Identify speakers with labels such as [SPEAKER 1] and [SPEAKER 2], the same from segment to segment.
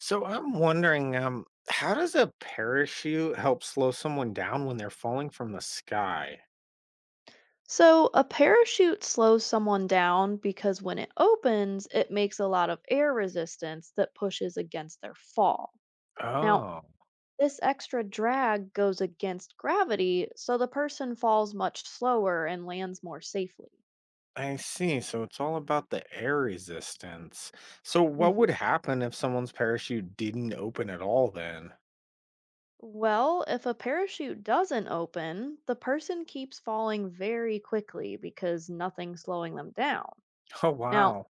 [SPEAKER 1] So I'm wondering, how does a parachute help slow someone down when they're falling from the sky?
[SPEAKER 2] So, a parachute slows someone down because when it opens, it makes a lot of air resistance that pushes against their fall. Now,
[SPEAKER 1] Oh,
[SPEAKER 2] this extra drag goes against gravity, so the person falls much slower and lands more safely.
[SPEAKER 1] I see. So it's all about the air resistance. So what
[SPEAKER 2] Mhm.
[SPEAKER 1] would happen if someone's parachute didn't open at all then?
[SPEAKER 2] Well, if a parachute doesn't open, the person keeps falling very quickly because nothing's slowing them down.
[SPEAKER 1] Oh,
[SPEAKER 2] Now,
[SPEAKER 1] wow.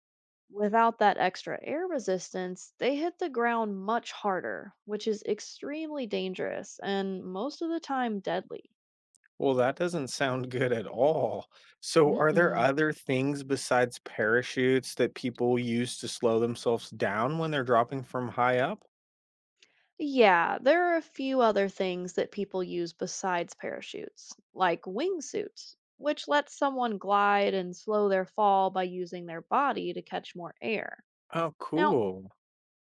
[SPEAKER 2] without that extra air resistance, they hit the ground much harder, which is extremely dangerous and most of the time deadly.
[SPEAKER 1] Well, that doesn't sound good at all. So are there
[SPEAKER 2] Mm-mm.
[SPEAKER 1] other things besides parachutes that people use to slow themselves down when they're dropping from high up?
[SPEAKER 2] Yeah, there are a few other things that people use besides parachutes, like wingsuits, which lets someone glide and slow their fall by using their body to catch more air.
[SPEAKER 1] Oh,
[SPEAKER 2] Now,
[SPEAKER 1] cool.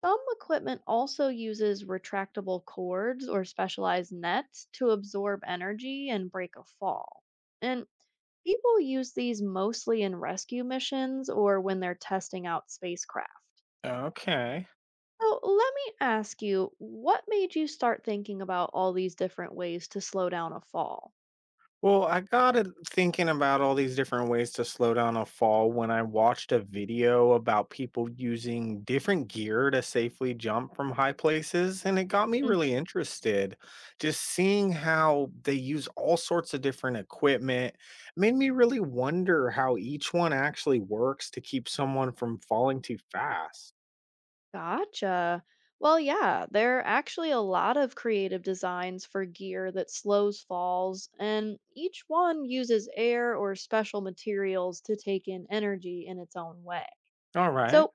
[SPEAKER 2] some equipment also uses retractable cords or specialized nets to absorb energy and break a fall. And people use these mostly in rescue missions or when they're testing out spacecraft.
[SPEAKER 1] Okay.
[SPEAKER 2] So, let me ask you, what made you start thinking about all these different ways to slow down a fall?
[SPEAKER 1] Well, I got it thinking about all these different ways to slow down a fall when I watched a video about people using different gear to safely jump from high places, and it got me
[SPEAKER 2] Mm.
[SPEAKER 1] really interested. Just seeing how they use all sorts of different equipment made me really wonder how each one actually works to keep someone from falling too fast.
[SPEAKER 2] Gotcha. Well, yeah, there are actually a lot of creative designs for gear that slows falls, and each one uses air or special materials to take in energy in its own way.
[SPEAKER 1] All right,
[SPEAKER 2] So,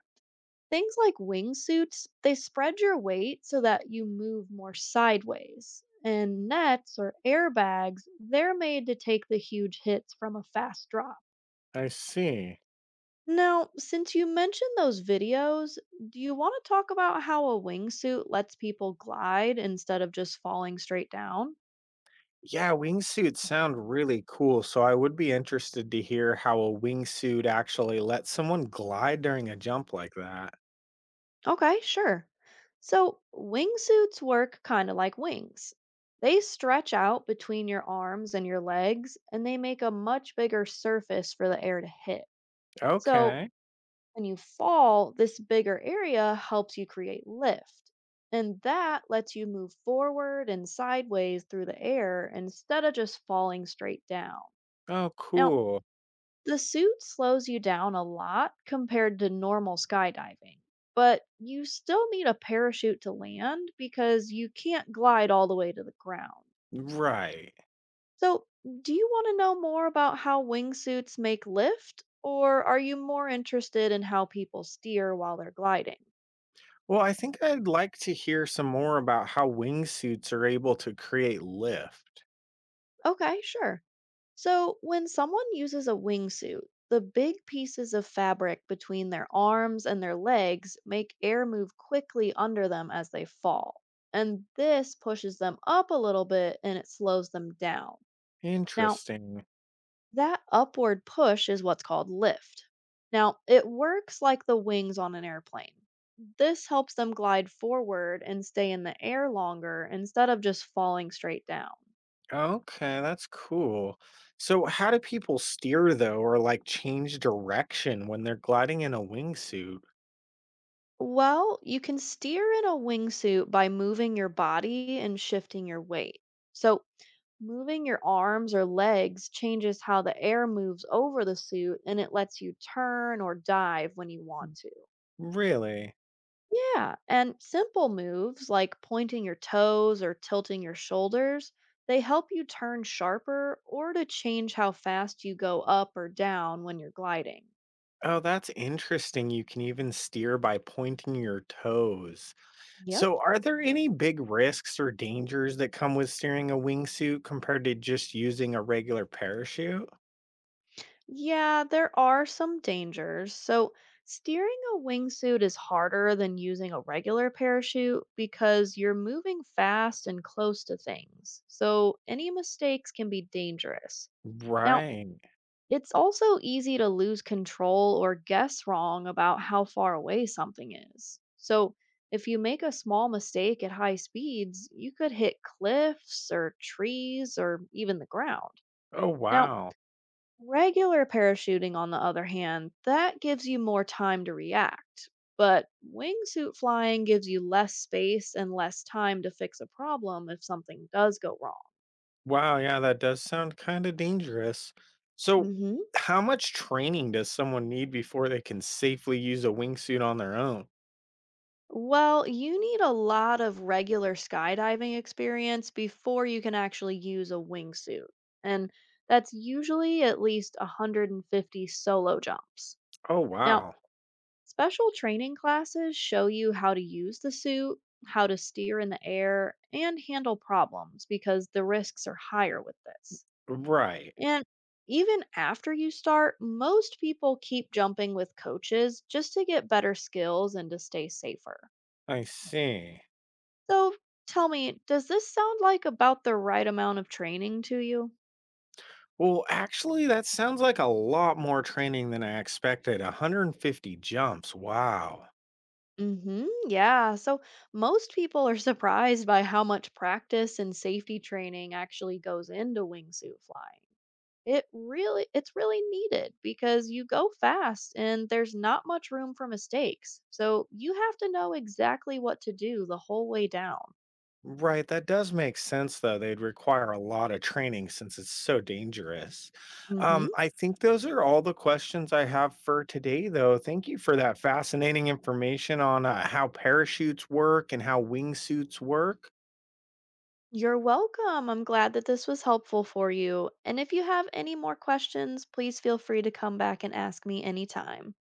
[SPEAKER 2] things like wingsuits, they spread your weight so that you move more sideways. And nets or airbags, they're made to take the huge hits from a fast drop.
[SPEAKER 1] I see.
[SPEAKER 2] Now, since you mentioned those videos, do you want to talk about how a wingsuit lets people glide instead of just falling straight down?
[SPEAKER 1] Yeah, wingsuits sound really cool, so I would be interested to hear how a wingsuit actually lets someone glide during a jump like that.
[SPEAKER 2] Okay, sure. So, wingsuits work kind of like wings. They stretch out between your arms and your legs, and they make a much bigger surface for the air to hit. So,
[SPEAKER 1] Okay.
[SPEAKER 2] when you fall, this bigger area helps you create lift. And that lets you move forward and sideways through the air instead of just falling straight down.
[SPEAKER 1] Oh,
[SPEAKER 2] Now,
[SPEAKER 1] cool.
[SPEAKER 2] the suit slows you down a lot compared to normal skydiving, but you still need a parachute to land because you can't glide all the way to the ground.
[SPEAKER 1] Right.
[SPEAKER 2] So, do you want to know more about how wingsuits make lift, or are you more interested in how people steer while they're gliding?
[SPEAKER 1] Well, I think I'd like to hear some more about how wingsuits are able to create lift.
[SPEAKER 2] Okay, sure. So, when someone uses a wingsuit, the big pieces of fabric between their arms and their legs make air move quickly under them as they fall. And this pushes them up a little bit and it slows them down. Now,
[SPEAKER 1] Interesting.
[SPEAKER 2] that upward push is what's called lift. Now, it works like the wings on an airplane. This helps them glide forward and stay in the air longer instead of just falling straight down.
[SPEAKER 1] Okay, that's cool. So, how do people steer though, or like change direction when they're gliding in a wingsuit?
[SPEAKER 2] Well, you can steer in a wingsuit by moving your body and shifting your weight. So, moving your arms or legs changes how the air moves over the suit and it lets you turn or dive when you want to.
[SPEAKER 1] Really?
[SPEAKER 2] Yeah, and simple moves like pointing your toes or tilting your shoulders, they help you turn sharper or to change how fast you go up or down when you're gliding.
[SPEAKER 1] Oh, that's interesting. You can even steer by pointing your toes.
[SPEAKER 2] Yep.
[SPEAKER 1] So, are there any big risks or dangers that come with steering a wingsuit compared to just using a regular parachute?
[SPEAKER 2] Yeah, there are some dangers. So, steering a wingsuit is harder than using a regular parachute because you're moving fast and close to things. So, any mistakes can be dangerous. Now,
[SPEAKER 1] Right.
[SPEAKER 2] it's also easy to lose control or guess wrong about how far away something is. So, if you make a small mistake at high speeds, you could hit cliffs or trees or even the ground.
[SPEAKER 1] Oh,
[SPEAKER 2] Now,
[SPEAKER 1] wow.
[SPEAKER 2] regular parachuting, on the other hand, that gives you more time to react. But wingsuit flying gives you less space and less time to fix a problem if something does go wrong.
[SPEAKER 1] Wow. Yeah, that does sound kind of dangerous. So,
[SPEAKER 2] Hmm.
[SPEAKER 1] how much training does someone need before they can safely use a wingsuit on their own?
[SPEAKER 2] Well, you need a lot of regular skydiving experience before you can actually use a wingsuit. And that's usually at least 150 solo jumps.
[SPEAKER 1] Oh,
[SPEAKER 2] Now,
[SPEAKER 1] wow.
[SPEAKER 2] special training classes show you how to use the suit, how to steer in the air, and handle problems because the risks are higher with this.
[SPEAKER 1] Right.
[SPEAKER 2] And even after you start, most people keep jumping with coaches just to get better skills and to stay safer.
[SPEAKER 1] I see.
[SPEAKER 2] So tell me, does this sound like about the right amount of training to you?
[SPEAKER 1] Well, actually, that sounds like a lot more training than I expected. 150 jumps. Wow.
[SPEAKER 2] Mhm. Yeah. So most people are surprised by how much practice and safety training actually goes into wingsuit flying. It's really needed because you go fast and there's not much room for mistakes. So you have to know exactly what to do the whole way down.
[SPEAKER 1] Right. That does make sense, though. They'd require a lot of training since it's so dangerous.
[SPEAKER 2] Mhm.
[SPEAKER 1] I think those are all the questions I have for today, though. Thank you for that fascinating information on how parachutes work and how wingsuits work.
[SPEAKER 2] You're welcome. I'm glad that this was helpful for you. And if you have any more questions, please feel free to come back and ask me anytime.